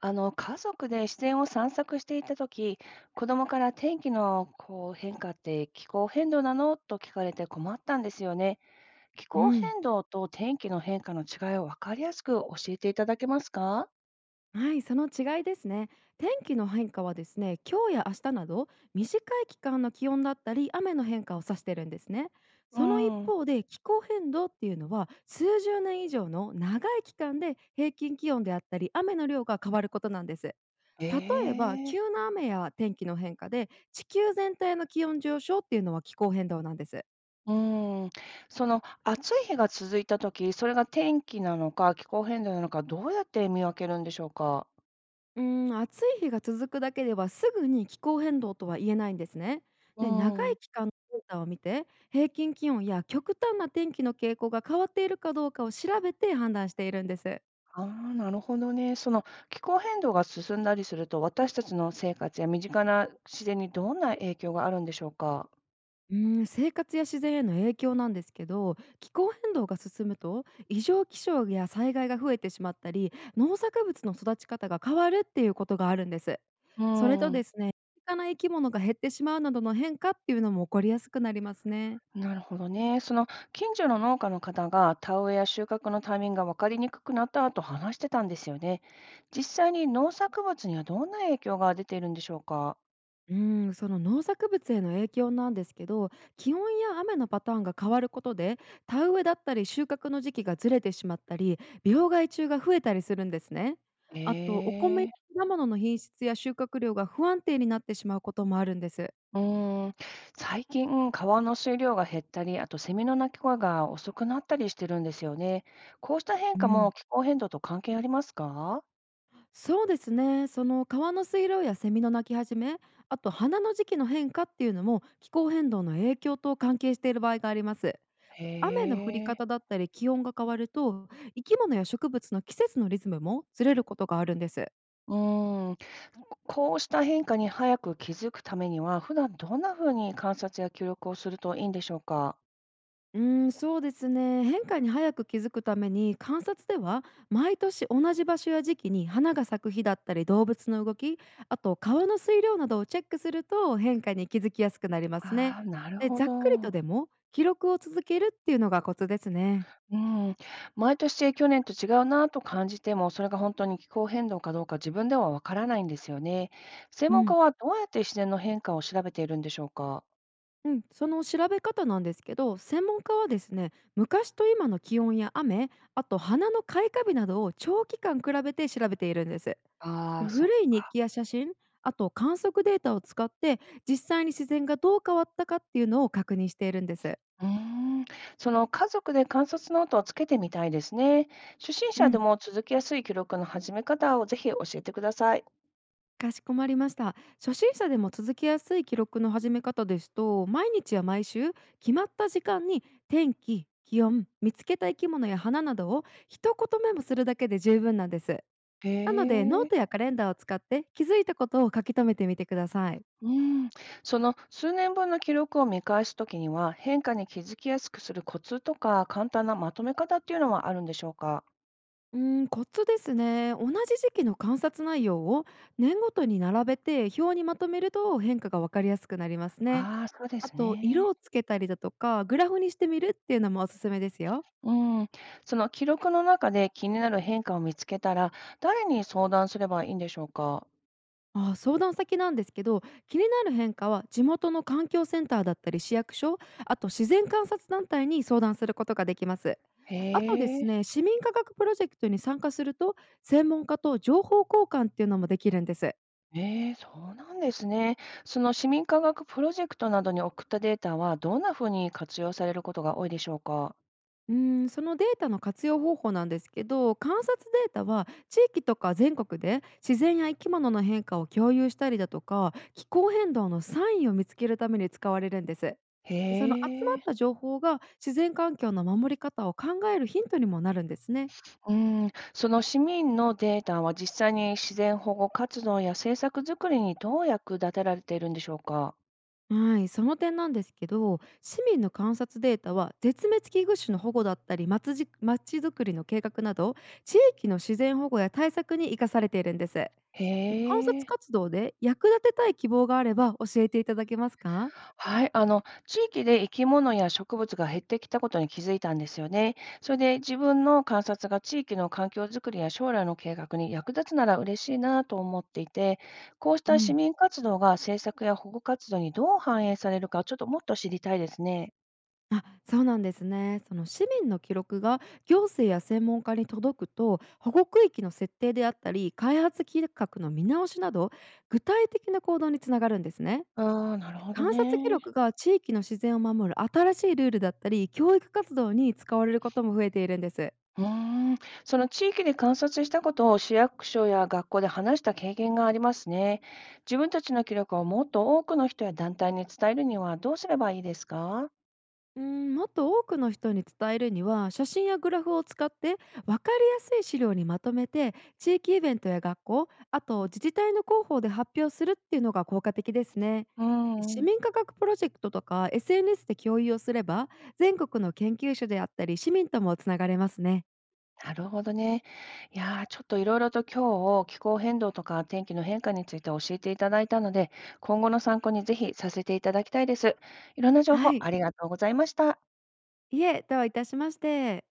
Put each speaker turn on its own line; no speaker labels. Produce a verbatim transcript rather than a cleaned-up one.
あの家族で自然を散策していた時、子供から天気のこう変化って気候変動なのと聞かれて困ったんですよね。気
う
候
ん、
変動と天気の変化の違いを分かりやすく教えていただけますか？
はい、その違いですね。天気の変化はですね、今日や明日など短い期間の気温だったり雨の変化を指してるんですね。
う
その一
ん。
方で気候変動っていうのは数十年以上の長い期間で平均気温であったり雨の量が変わることなんです。例えば
ええ。
急な雨や天気の変化で地球全体の気温上昇っていうのは気候変動なんです。
うん。その暑い日が続いた時、それが天気なのか気候変動なのかどうやって見分けるんでしょうか？
うーん、暑い日が続くだけではすぐに気候変動とは言えないんですね。
う
で、長
ん。
い期間のデータを見て、平均気温や極端な天気の傾向が変わっているかどうかを調べて判断しているんです。
ああ、なるほどね。その気候変動が進んだりすると、私たちの生活や身近な自然にどんな影響があるんでしょうか。
うーん、生活や自然への影響なんですけど、気候変動が進むと異常気象や災害が増えてしまったり、農作物の育ち方が変わるっていうことがあるんです。
う
それと
ん。
ですね、身近な生き物が減ってしまうなどの変化っていうのも起こりやすくなりますね。
なるほどね。その近所の農家の方が田植えや収穫のタイミングが分かりにくくなったと話してたんですよね。実際に農作物にはどんな影響が出ているんでしょうか。
うーん、その農作物への影響なんですけど、気温や雨のパターンが変わることで田植えだったり収穫の時期がずれてしまったり病害虫が増えたりするんですね。あとお米や
ええ。
果物の品質や収穫量が不安定になってしまうこともあるんです。
うーん、最近、川の水量が減ったり、あとセミの鳴き声が遅くなったりしてるんですよね。こうした変
う
化も
ん、
気候変動と関係ありますか？
そうですね。その川の水量やセミの鳴き始め、あと花の時期の変化っていうのも気候変動の影響と関係している場合があります。
へ
で、雨の降り
え。
方だったり気温が変わると生き物や植物の季節のリズムもずれることがあるんです。
うーん、こうした変化に早く気づくためには、普段どんなふうに観察や記録をするといいんでしょうか？
うーん、そうですね。変化に早く気づくために観察では、毎年同じ場所や時期に花が咲く日だったり動物の動き、あと川の水量などをチェックすると変化に気づきやすくなりますね。
ああ、なる
で、
ほ
ざっくりと
ど。
でも記録を続けるっていうのがコツですね。
うん、毎年去年と違うなと感じても、それが本当に気候変動かどうか自分ではわからないんですよね。専
う
門家
ん。
はどうやって自然の変化を調べているんでしょうか。
うん、その調べ方なんですけど、専門家はですね、昔と今の気温や雨、あと花の開花日などを長期間比べて調べているんです。
ああ、そ
古
っ、
い日記や写真、あと観測データを使って実際に自然がどう変わったかっていうのを確認しているんです。
うーん、その家族で観察ノートをつけてみたいですね。初心
う
者で
ん。
も続きやすい記録の始め方をぜひ教えてください。
かしこまりました。初心者でも続きやすい記録の始め方ですと、毎日や毎週決まった時間に天気、気温、見つけた生き物や花などを一言メモするだけで十分なんです。
へ
なのでノー
え。
トやカレンダーを使って気づいたことを書き留めてみてください。
うん、その数年分の記録を見返すときには、変化に気づきやすくするコツとか簡単なまとめ方っていうのはあるんでしょうか。
うーん、コツですね。同じ時期の観察内容を年ごとに並べて表にまとめると変化が分かりやすくなりますね。
ああ、そうで
あ
す
と色
ね。
をつけたりだとかグラフにしてみるっていうのもおすすめですよ。
うん。その記録の中で気になる変化を見つけたら、誰に相談すればいいんでしょうか？
あ、相談先なんですけど、気になる変化は地元の環境センターだったり市役所、あと自然観察団体に相談することができます。あとで
へえ。
すね、市民科学プロジェクトに参加すると専門家と情報交換っていうのもできるんです。
ええ、そうなんですね。その市民科学プロジェクトなどに送ったデータは、どんな風に活用されることが多いでしょうか？
うーん、そのデータの活用方法なんですけど、観察データは地域とか全国で自然や生き物の変化を共有したりだとか気候変動のサインを見つけるために使われるんです。
へ
でその集ま
え。
った情報が自然環境の守り方を考えるヒントにもなるんですね。
うん。その市民のデータは実際に自然保護活動や政策づくりにどう役立てられているんでしょうか？
はい、その点なんですけど、市民の観察データは絶滅危惧種の保護だったり、まちじまちづくりの計画など、地域の自然保護や対策に生かされているんです。
へ
観察
え。
活動で役立てたい希望があれば教えていただけますか？
はい、あの、地域で生き物や植物が減ってきたことに気づいたんですよね。それで自分の観察が地域の環境づくりや将来の計画に役立つなら嬉しいなと思っていて、こうし
う
た市
ん、
民活動が政策や保護活動にどう反映されるか、ちょっともっと知りたいですね。
あ、そうなんですね。その市民の記録が行政や専門家に届くと、保護区域の設定であったり、開発計画の見直しなど、具体的な行動につながるんですね。
ああ、なるほど
観察記
ね。
録が地域の自然を守る新しいルールだったり、教育活動に使われることも増えているんです。
うーん、その地域で観察したことを市役所や学校で話した経験がありますね。自分たちの記録をもっと多くの人や団体に伝えるにはどうすればいいですか？
うん、もっと多くの人に伝えるには写真やグラフを使って分かりやすい資料にまとめて地域イベントや学校、あと自治体の広報で発表するっていうのが効果的ですね。
うー
市
ん、
民科学プロジェクトとか エスエヌエス で共有をすれば全国の研究者であったり市民ともつながれますね。
なるほどね。いやー、ちょっといろいろと今日、気候変動とか天気の変化について教えていただいたので、今後の参考にぜひさせていただきたいです。いろんな情
は
報
い。
ありがとうございました。
いえ、どういたしまして。